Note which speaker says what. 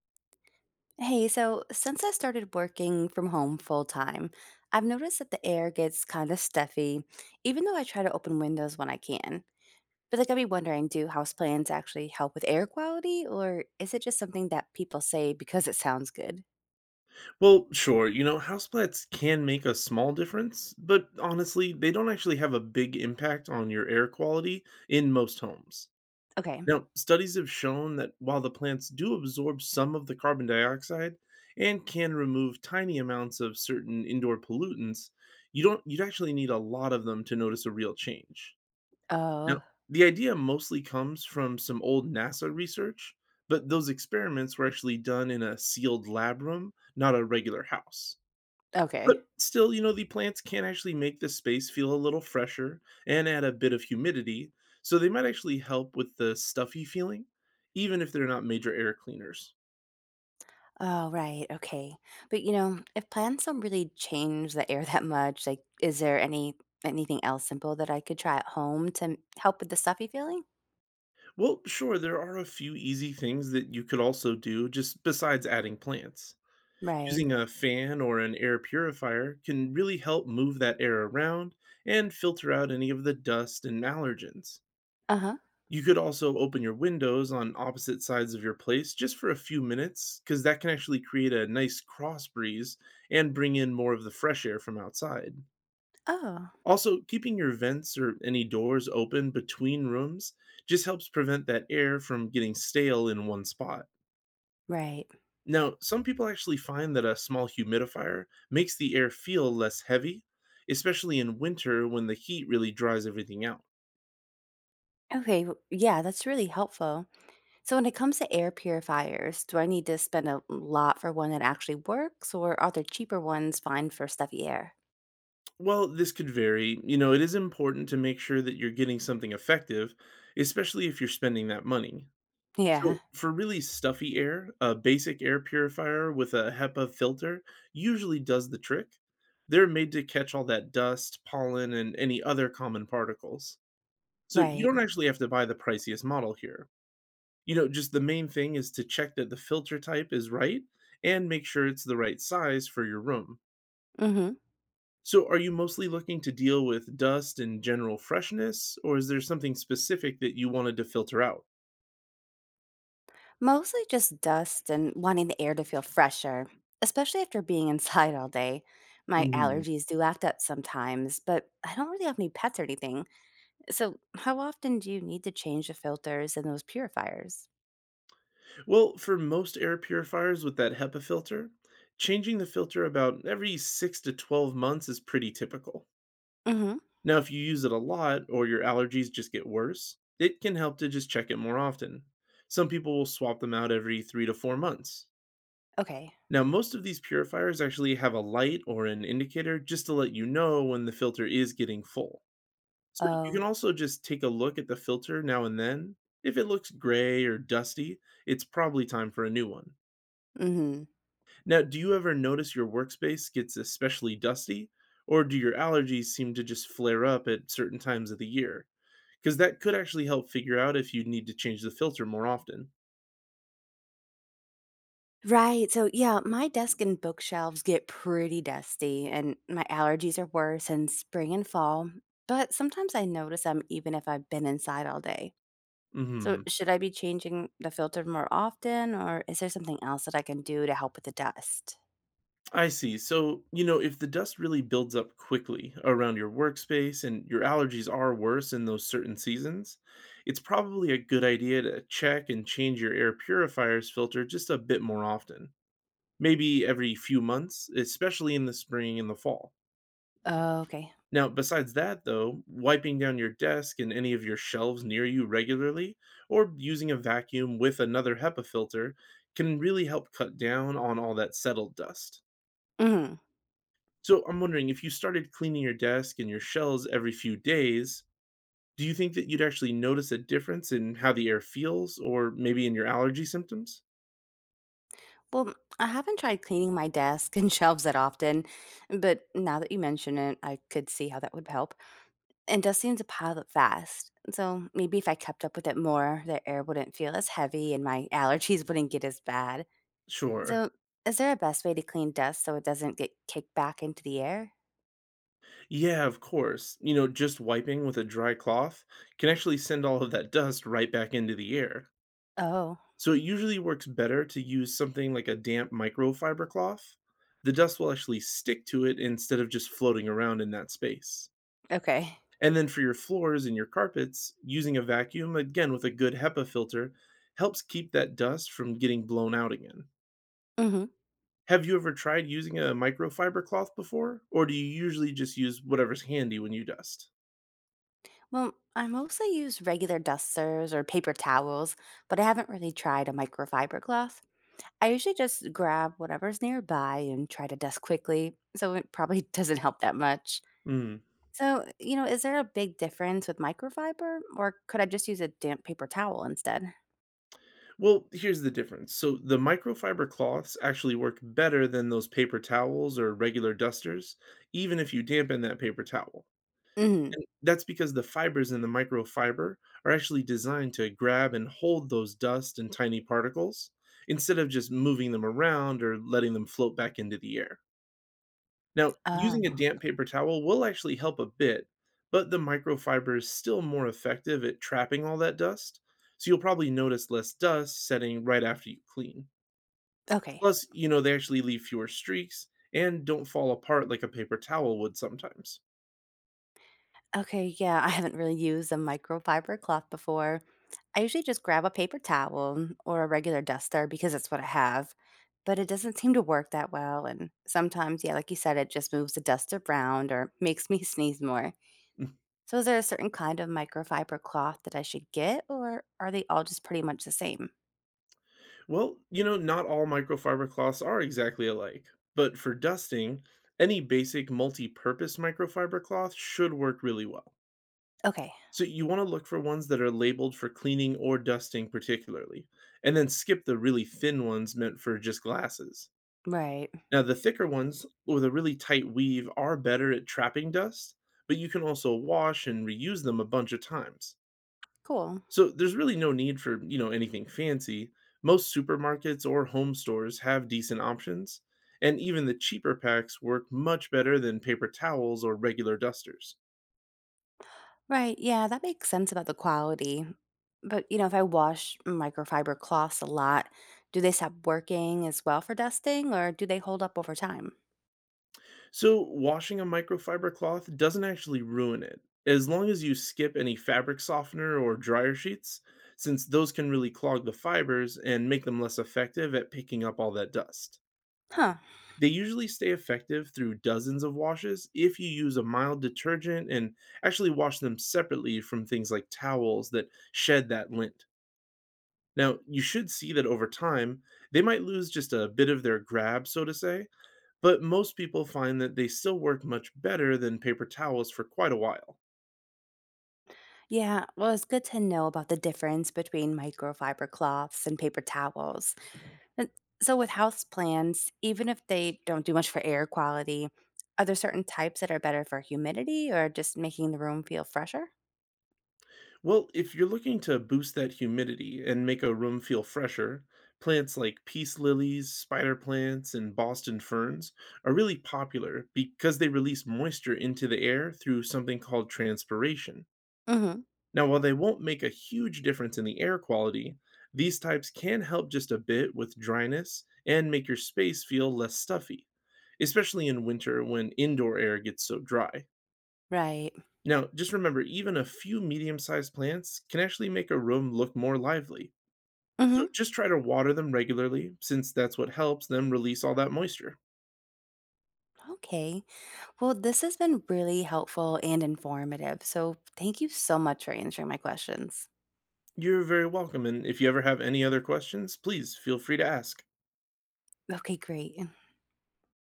Speaker 1: Hey, so since I started working from home full time, I've noticed that the air gets kind of stuffy, even though I try to open windows when I can. But like I'd be wondering, do house plants actually help with air quality, or is it just something that people say because it sounds good?
Speaker 2: Well, sure, you know, houseplants can make a small difference, but honestly, they don't actually have a big impact on your air quality in most homes.
Speaker 1: Okay.
Speaker 2: Now, studies have shown that while the plants do absorb some of the carbon dioxide and can remove tiny amounts of certain indoor pollutants, you don't you'd actually need a lot of them to notice a real change.
Speaker 1: Oh,
Speaker 2: Now, the idea mostly comes from some old NASA research, but those experiments were actually done in a sealed lab room, not a regular house.
Speaker 1: okay.
Speaker 2: But still, you know, the plants can actually make the space feel a little fresher and add a bit of humidity, so they might actually help with the stuffy feeling, even if they're not major air cleaners.
Speaker 1: Oh, right. Okay. But you know, if plants don't really change the air that much, like, is there anything else simple that I could try at home to help with the stuffy feeling?
Speaker 2: Well, sure, there are a few easy things that you could also do just besides adding plants.
Speaker 1: Right.
Speaker 2: Using a fan or an air purifier can really help move that air around and filter out any of the dust and allergens.
Speaker 1: Uh huh.
Speaker 2: You could also open your windows on opposite sides of your place just for a few minutes, because that can actually create a nice cross breeze and bring in more of the fresh air from outside.
Speaker 1: Oh.
Speaker 2: Also, keeping your vents or any doors open between rooms just helps prevent that air from getting stale in one spot.
Speaker 1: Right.
Speaker 2: Now, some people actually find that a small humidifier makes the air feel less heavy, especially in winter when the heat really dries everything out.
Speaker 1: Okay, yeah, that's really helpful. So, when it comes to air purifiers, do I need to spend a lot for one that actually works, or are there cheaper ones fine for stuffy air?
Speaker 2: Well, this could vary. You know, it is important to make sure that you're getting something effective, especially if you're spending that money.
Speaker 1: Yeah,
Speaker 2: So, for really stuffy air, a basic air purifier with a HEPA filter usually does the trick. They're made to catch all that dust, pollen, and any other common particles. So, you
Speaker 1: right.
Speaker 2: don't actually have to buy the priciest model here. You know, just the main thing is to check that the filter type is right and make sure it's the right size for your room.
Speaker 1: Hmm.
Speaker 2: So, are you mostly looking to deal with dust and general freshness, or is there something specific that you wanted to filter out?
Speaker 1: Mostly just dust and wanting the air to feel fresher, especially after being inside all day. My
Speaker 2: Mhm.
Speaker 1: allergies do act up sometimes, but I don't really have any pets or anything. So, how often do you need to change the filters in those purifiers?
Speaker 2: Well, for most air purifiers with that HEPA filter, changing the filter about every 6 to 12 months is pretty typical.
Speaker 1: Mm hmm.
Speaker 2: Now, if you use it a lot or your allergies just get worse, it can help to just check it more often. Some people will swap them out every 3 to 4 months.
Speaker 1: Okay.
Speaker 2: Now, most of these purifiers actually have a light or an indicator just to let you know when the filter is getting full. So you
Speaker 1: Oh.
Speaker 2: can also just take a look at the filter now and then. If it looks gray or dusty, it's probably time for a new one.
Speaker 1: Mm hmm.
Speaker 2: Now, do you ever notice your workspace gets especially dusty? Or do your allergies seem to just flare up at certain times of the year? Because that could actually help figure out if you need to change the filter more often.
Speaker 1: Right. So, yeah, my desk and bookshelves get pretty dusty, and my allergies are worse in spring and fall. But sometimes I notice them even if I've been inside all day. So,
Speaker 2: Hmm.
Speaker 1: should I be changing the filter more often, or is there something else that I can do to help with the dust?
Speaker 2: I see. So, you know, if the dust really builds up quickly around your workspace and your allergies are worse in those certain seasons, it's probably a good idea to check and change your air purifier's filter just a bit more often. Maybe every few months, especially in the spring and the fall.
Speaker 1: Oh, okay.
Speaker 2: Now, besides that, though, wiping down your desk and any of your shelves near you regularly, or using a vacuum with another HEPA filter, can really help cut down on all that settled dust.
Speaker 1: Hmm.
Speaker 2: So I'm wondering if you started cleaning your desk and your shelves every few days, do you think that you'd actually notice a difference in how the air feels or maybe in your allergy symptoms?
Speaker 1: Well, I haven't tried cleaning my desk and shelves that often, but now that you mention it, I could see how that would help. And dust seemed to pile up fast, so maybe if I kept up with it more, the air wouldn't feel as heavy and my allergies wouldn't get as bad.
Speaker 2: Sure.
Speaker 1: So, is there a best way to clean dust so it doesn't get kicked back into the air?
Speaker 2: Yeah, of course. You know, just wiping with a dry cloth can actually send all of that dust right back into the air.
Speaker 1: Oh,
Speaker 2: So it usually works better to use something like a damp microfiber cloth. The dust will actually stick to it instead of just floating around in that space.
Speaker 1: okay.
Speaker 2: And then for your floors and your carpets, using a vacuum, again with a good HEPA filter, helps keep that dust from getting blown out again.
Speaker 1: Hmm.
Speaker 2: Have you ever tried using a microfiber cloth before? Or do you usually just use whatever's handy when you dust?
Speaker 1: Well, I mostly use regular dusters or paper towels, but I haven't really tried a microfiber cloth. I usually just grab whatever's nearby and try to dust quickly, so it probably doesn't help that much.
Speaker 2: Mm.
Speaker 1: So, you know, is there a big difference with microfiber or could I just use a damp paper towel instead?
Speaker 2: Well, here's the difference. So, the microfiber cloths actually work better than those paper towels or regular dusters, even if you dampen that paper towel.
Speaker 1: Hmm.
Speaker 2: And that's because the fibers in the microfiber are actually designed to grab and hold those dust and tiny particles instead of just moving them around or letting them float back into the air. Now, using a
Speaker 1: Oh,
Speaker 2: damp paper towel will actually help a bit, but the microfiber is still more effective at trapping all that dust, so you'll probably notice less dust setting right after you clean.
Speaker 1: okay.
Speaker 2: Plus, you know, they actually leave fewer streaks and don't fall apart like a paper towel would sometimes.
Speaker 1: Okay, yeah, I haven't really used a microfiber cloth before. I usually just grab a paper towel or a regular duster because that's what I have, but it doesn't seem to work that well. And sometimes, yeah, like you said, it just moves the dust around or makes me sneeze more.
Speaker 2: Mm.
Speaker 1: So, is there a certain kind of microfiber cloth that I should get, or are they all just pretty much the same?
Speaker 2: Well, you know, not all microfiber cloths are exactly alike, but for dusting, any basic multi purpose microfiber cloth should work really well.
Speaker 1: Okay,
Speaker 2: So you want to look for ones that are labeled for cleaning or dusting particularly, and then skip the really thin ones meant for just glasses.
Speaker 1: right,
Speaker 2: Now, the thicker ones with a really tight weave are better at trapping dust, but you can also wash and reuse them a bunch of times.
Speaker 1: cool.
Speaker 2: So there's really no need for, you know, anything fancy. Most supermarkets or home stores have decent options, and even the cheaper packs work much better than paper towels or regular dusters.
Speaker 1: Right, yeah, that makes sense about the quality. But, you know, if I wash microfiber cloths a lot, do they stop working as well for dusting or do they hold up over time?
Speaker 2: So, washing a microfiber cloth doesn't actually ruin it, as long as you skip any fabric softener or dryer sheets, since those can really clog the fibers and make them less effective at picking up all that dust.
Speaker 1: Huh.
Speaker 2: They usually stay effective through dozens of washes if you use a mild detergent and actually wash them separately from things like towels that shed that lint. Now, you should see that over time, they might lose just a bit of their grab, so to say, but most people find that they still work much better than paper towels for quite a while.
Speaker 1: Yeah, well, it's good to know about the difference between microfiber cloths and paper towels. And so with houseplants, even if they don't do much for air quality, are there certain types that are better for humidity or just making the room feel fresher?
Speaker 2: Well, if you're looking to boost that humidity and make a room feel fresher, plants like peace lilies, spider plants, and Boston ferns are really popular because they release moisture into the air through something called transpiration.
Speaker 1: Mhm.
Speaker 2: Now, while they won't make a huge difference in the air quality, these types can help just a bit with dryness and make your space feel less stuffy, especially in winter when indoor air gets so dry.
Speaker 1: Right.
Speaker 2: Now, just remember, even a few medium sized plants can actually make a room look more lively. So
Speaker 1: Mhm.
Speaker 2: just try to water them regularly, since that's what helps them release all that moisture.
Speaker 1: Okay. Well, this has been really helpful and informative. So, thank you so much for answering my questions.
Speaker 2: You're very welcome, and if you ever have any other questions, please feel free to ask.
Speaker 1: Okay, great.